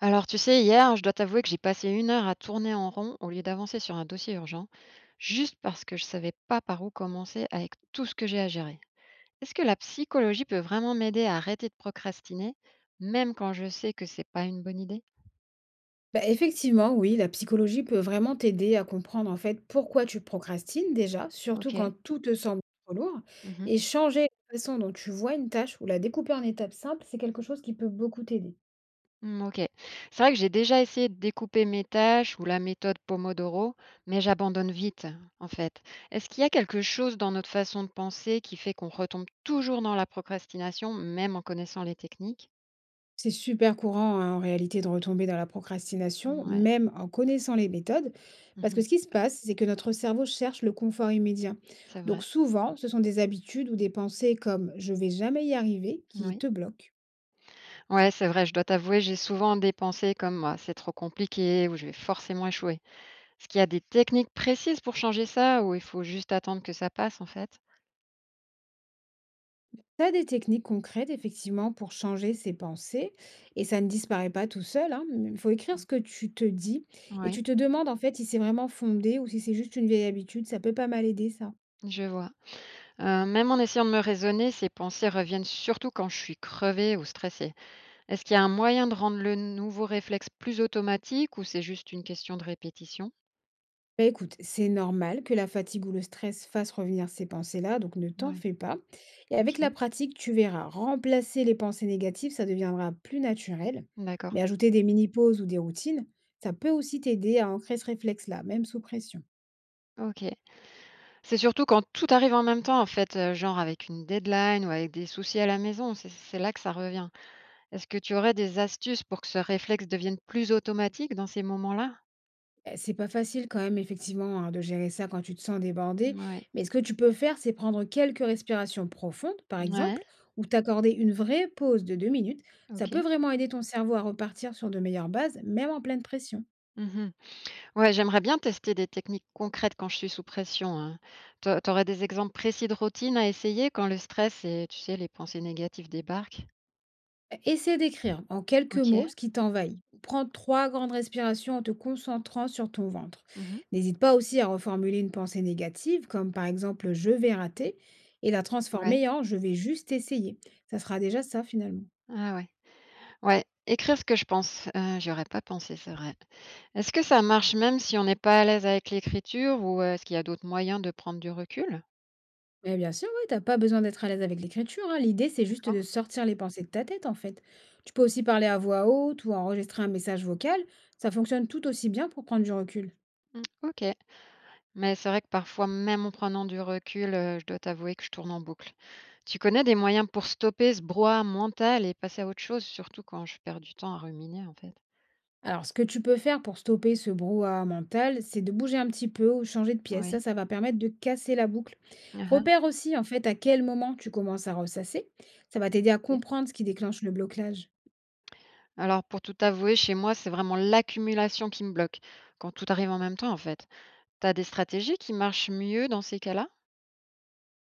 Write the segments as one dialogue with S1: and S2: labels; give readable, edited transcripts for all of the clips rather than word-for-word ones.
S1: Alors, tu sais, hier, je dois t'avouer que j'ai passé une heure à tourner en rond au lieu d'avancer sur un dossier urgent, juste parce que je savais pas par où commencer avec tout ce que j'ai à gérer. Est-ce que la psychologie peut vraiment m'aider à arrêter de procrastiner, même quand je sais que c'est pas une bonne idée?
S2: Bah, effectivement, oui, la psychologie peut vraiment t'aider à comprendre en fait pourquoi tu procrastines déjà, surtout
S1: Ok.
S2: quand tout te semble trop lourd.
S1: Mhm.
S2: Et changer la façon dont tu vois une tâche ou la découper en étapes simples, c'est quelque chose qui peut beaucoup t'aider.
S1: Hmm, ok. C'est vrai que j'ai déjà essayé de découper mes tâches ou la méthode Pomodoro, mais j'abandonne vite, en fait. Est-ce qu'il y a quelque chose dans notre façon de penser qui fait qu'on retombe toujours dans la procrastination, même en connaissant les techniques?
S2: C'est super courant hein, en réalité de retomber dans la procrastination,
S1: Ouais,
S2: même en connaissant les méthodes, parce que
S1: Mmh.
S2: ce qui se passe, c'est que notre cerveau cherche le confort immédiat.
S1: C'est vrai.
S2: Donc souvent, ce sont des habitudes ou des pensées comme je vais jamais y arriver qui
S1: Oui.
S2: te bloquent.
S1: Ouais, c'est vrai, je dois t'avouer, j'ai souvent des pensées comme: «Ah, c'est trop compliqué» ou «Je vais forcément échouer». Est-ce qu'il y a des techniques précises pour changer ça ou il faut juste attendre que ça passe, en fait?
S2: Tu as des techniques concrètes, effectivement, pour changer ses pensées et ça ne disparaît pas tout seul, hein. Il faut écrire ce que tu te dis et
S1: Oui,
S2: tu te demandes, en fait, si c'est vraiment fondé ou si c'est juste une vieille habitude. Ça peut pas mal aider, ça.
S1: je vois. Même en essayant de me raisonner, ces pensées reviennent surtout quand je suis crevée ou stressée. Est-ce qu'il y a un moyen de rendre le nouveau réflexe plus automatique ou c'est juste une question de répétition?
S2: Bah, écoute, c'est normal que la fatigue ou le stress fasse revenir ces pensées-là, donc ne t'en
S1: Ouais.
S2: fais pas. Et
S1: OK.
S2: avec la pratique, tu verras, remplacer les pensées négatives, ça deviendra plus naturel.
S1: D'accord.
S2: Mais ajouter des mini-pauses ou des routines, ça peut aussi t'aider à ancrer ce réflexe-là, même sous pression.
S1: OK. C'est surtout quand tout arrive en même temps, en fait, genre avec une deadline ou avec des soucis à la maison, c'est là que ça revient. Est-ce que tu aurais des astuces pour que ce réflexe devienne plus automatique dans ces moments-là?
S2: C'est pas facile quand même, effectivement, hein, de gérer ça quand tu te sens débordé.
S1: Ouais.
S2: Mais ce que tu peux faire, c'est prendre quelques respirations profondes, par
S1: Ouais,
S2: exemple, ou t'accorder une vraie pause de 2 minutes. Ça peut
S1: OK.
S2: vraiment aider ton cerveau à repartir sur de meilleures bases, même en pleine pression.
S1: Mmh. Ouais, j'aimerais bien tester des techniques concrètes quand je suis sous pression, hein. Tu au des exemples précis de routines à essayer quand le stress et tu sais, les pensées négatives débarquent?
S2: Essaie d'écrire en quelques
S1: OK.
S2: mots ce qui t'envahit. Prends 3 grandes respirations en te concentrant sur ton ventre.
S1: Mmh.
S2: N'hésite pas aussi à reformuler une pensée négative, comme par exemple je vais rater, et la
S1: Ouais.
S2: transformer en je vais juste essayer. Ça sera déjà ça finalement.
S1: Ah ouais. Ouais, écrire ce que je pense, j'y aurais pas pensé, c'est vrai. Est-ce que ça marche même si on n'est pas à l'aise avec l'écriture ou est-ce qu'il y a d'autres moyens de prendre du recul?
S2: Mais bien sûr, ouais, tu pas besoin d'être à l'aise avec l'écriture, hein. L'idée, c'est juste
S1: D'accord.
S2: de sortir les pensées de ta tête, en fait. Tu peux aussi parler à voix haute ou enregistrer un message vocal. Ça fonctionne tout aussi bien pour prendre du recul.
S1: Mmh. OK. Mais c'est vrai que parfois, même en prenant du recul, je dois t'avouer que je tourne en boucle. Tu connais des moyens pour stopper ce brouhaha mental et passer à autre chose, surtout quand je perds du temps à ruminer, en fait?
S2: Alors, ce que tu peux faire pour stopper ce brouhaha mental, c'est de bouger un petit peu ou changer de pièce. Ça,
S1: Oui.
S2: ça va permettre de casser la boucle.
S1: Mmh.
S2: Repère aussi, en fait, à quel moment tu commences à ressasser. Ça va t'aider à
S1: OK.
S2: comprendre ce qui déclenche le blocage.
S1: Alors pour tout avouer, chez moi, c'est vraiment l'accumulation qui me bloque, quand tout arrive en même temps, en fait. T'as des stratégies qui marchent mieux dans ces cas-là?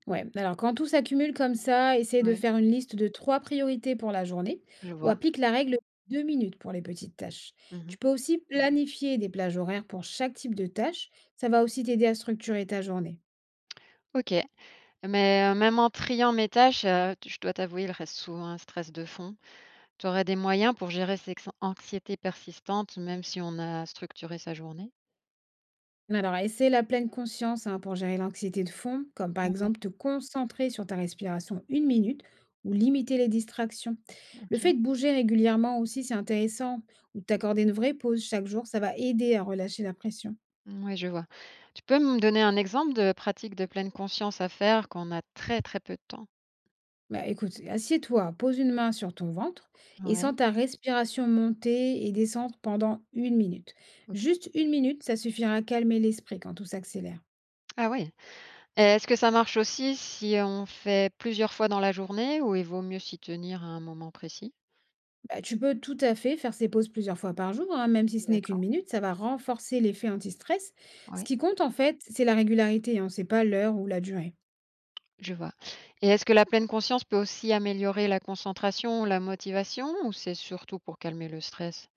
S2: Ouais, alors quand tout s'accumule comme ça, essaye de
S1: Oui,
S2: faire une liste de 3 priorités pour la journée
S1: je
S2: ou
S1: vois.
S2: applique la règle 2 minutes pour les petites tâches.
S1: Mmh.
S2: Tu peux aussi planifier des plages horaires pour chaque type de tâche. Ça va aussi t'aider à structurer ta journée.
S1: OK. Mais même en triant mes tâches, je dois t'avouer, il reste souvent un stress de fond. Tu aurais des moyens pour gérer ces ex anxiété persistante, même si on a structuré sa journée?
S2: Alors, essaie la pleine conscience hein, pour gérer l'anxiété de fond, comme par
S1: Ouais,
S2: exemple te concentrer sur ta respiration une minute ou limiter les distractions. Le
S1: OK.
S2: fait de bouger régulièrement aussi, c'est intéressant, ou de t'accorder une vraie pause chaque jour, ça va aider à relâcher la pression.
S1: Oui, je vois. Tu peux me donner un exemple de pratique de pleine conscience à faire quand on a très, très peu de temps?
S2: Bah, écoute, assieds-toi, pose une main sur ton ventre et
S1: Oui.
S2: sens ta respiration monter et descendre pendant une minute.
S1: OK.
S2: Juste une minute, ça suffira à calmer l'esprit quand tout s'accélère.
S1: Ah oui. Est-ce que ça marche aussi si on fait plusieurs fois dans la journée ou il vaut mieux s'y tenir à un moment précis?
S2: Bah, tu peux tout à fait faire ces pauses plusieurs fois par jour, hein, même si ce n'est
S1: D'accord,
S2: qu'une minute, ça va renforcer l'effet anti-stress. Ce
S1: Oui.
S2: qui compte en fait, c'est la régularité, hein, c'est pas l'heure ou la durée.
S1: Je vois, et est-ce que la pleine conscience peut aussi améliorer la concentration ou la motivation ou c'est surtout pour calmer le stress?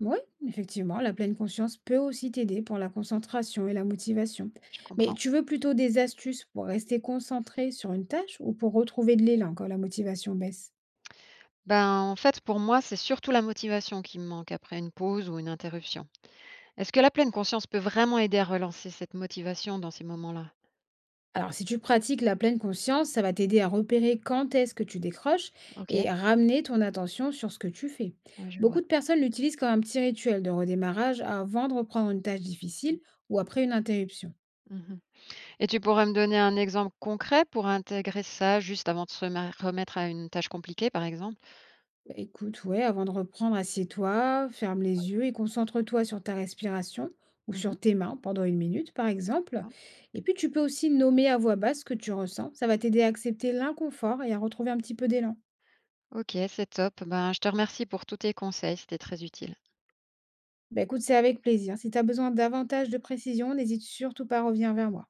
S2: Oui, effectivement, la pleine conscience peut aussi t'aider pour la concentration et la motivation.
S1: Je
S2: Mais
S1: comprends.
S2: tu veux plutôt des astuces pour rester concentré sur une tâche ou pour retrouver de l'élan quand la motivation baisse?
S1: Ben, en fait, pour moi, c'est surtout la motivation qui me manque après une pause ou une interruption. Est-ce que la pleine conscience peut vraiment aider à relancer cette motivation dans ces moments-là?
S2: Alors, si tu pratiques la pleine conscience, ça va t'aider à repérer quand est-ce que tu décroches
S1: OK,
S2: et ramener ton attention sur ce que tu fais.
S1: ouais, je vois.
S2: Beaucoup de personnes l'utilisent comme un petit rituel de redémarrage avant de reprendre une tâche difficile ou après une interruption.
S1: Mmh. Et tu pourrais me donner un exemple concret pour intégrer ça juste avant de remettre à une tâche compliquée, par exemple?
S2: Bah, écoute, ouais, avant de reprendre, assieds-toi, ferme les yeux et concentre-toi sur ta respiration ou
S1: Mmh.
S2: sur tes mains pendant une minute, par exemple.
S1: Ah,
S2: Et puis, tu peux aussi nommer à voix basse ce que tu ressens. Ça va t'aider à accepter l'inconfort et à retrouver un petit peu d'élan.
S1: OK, c'est top. Ben, je te remercie pour tous tes conseils, c'était très utile.
S2: Bah, écoute, c'est avec plaisir. Si tu as besoin davantage de précision, n'hésite surtout pas à revenir vers moi.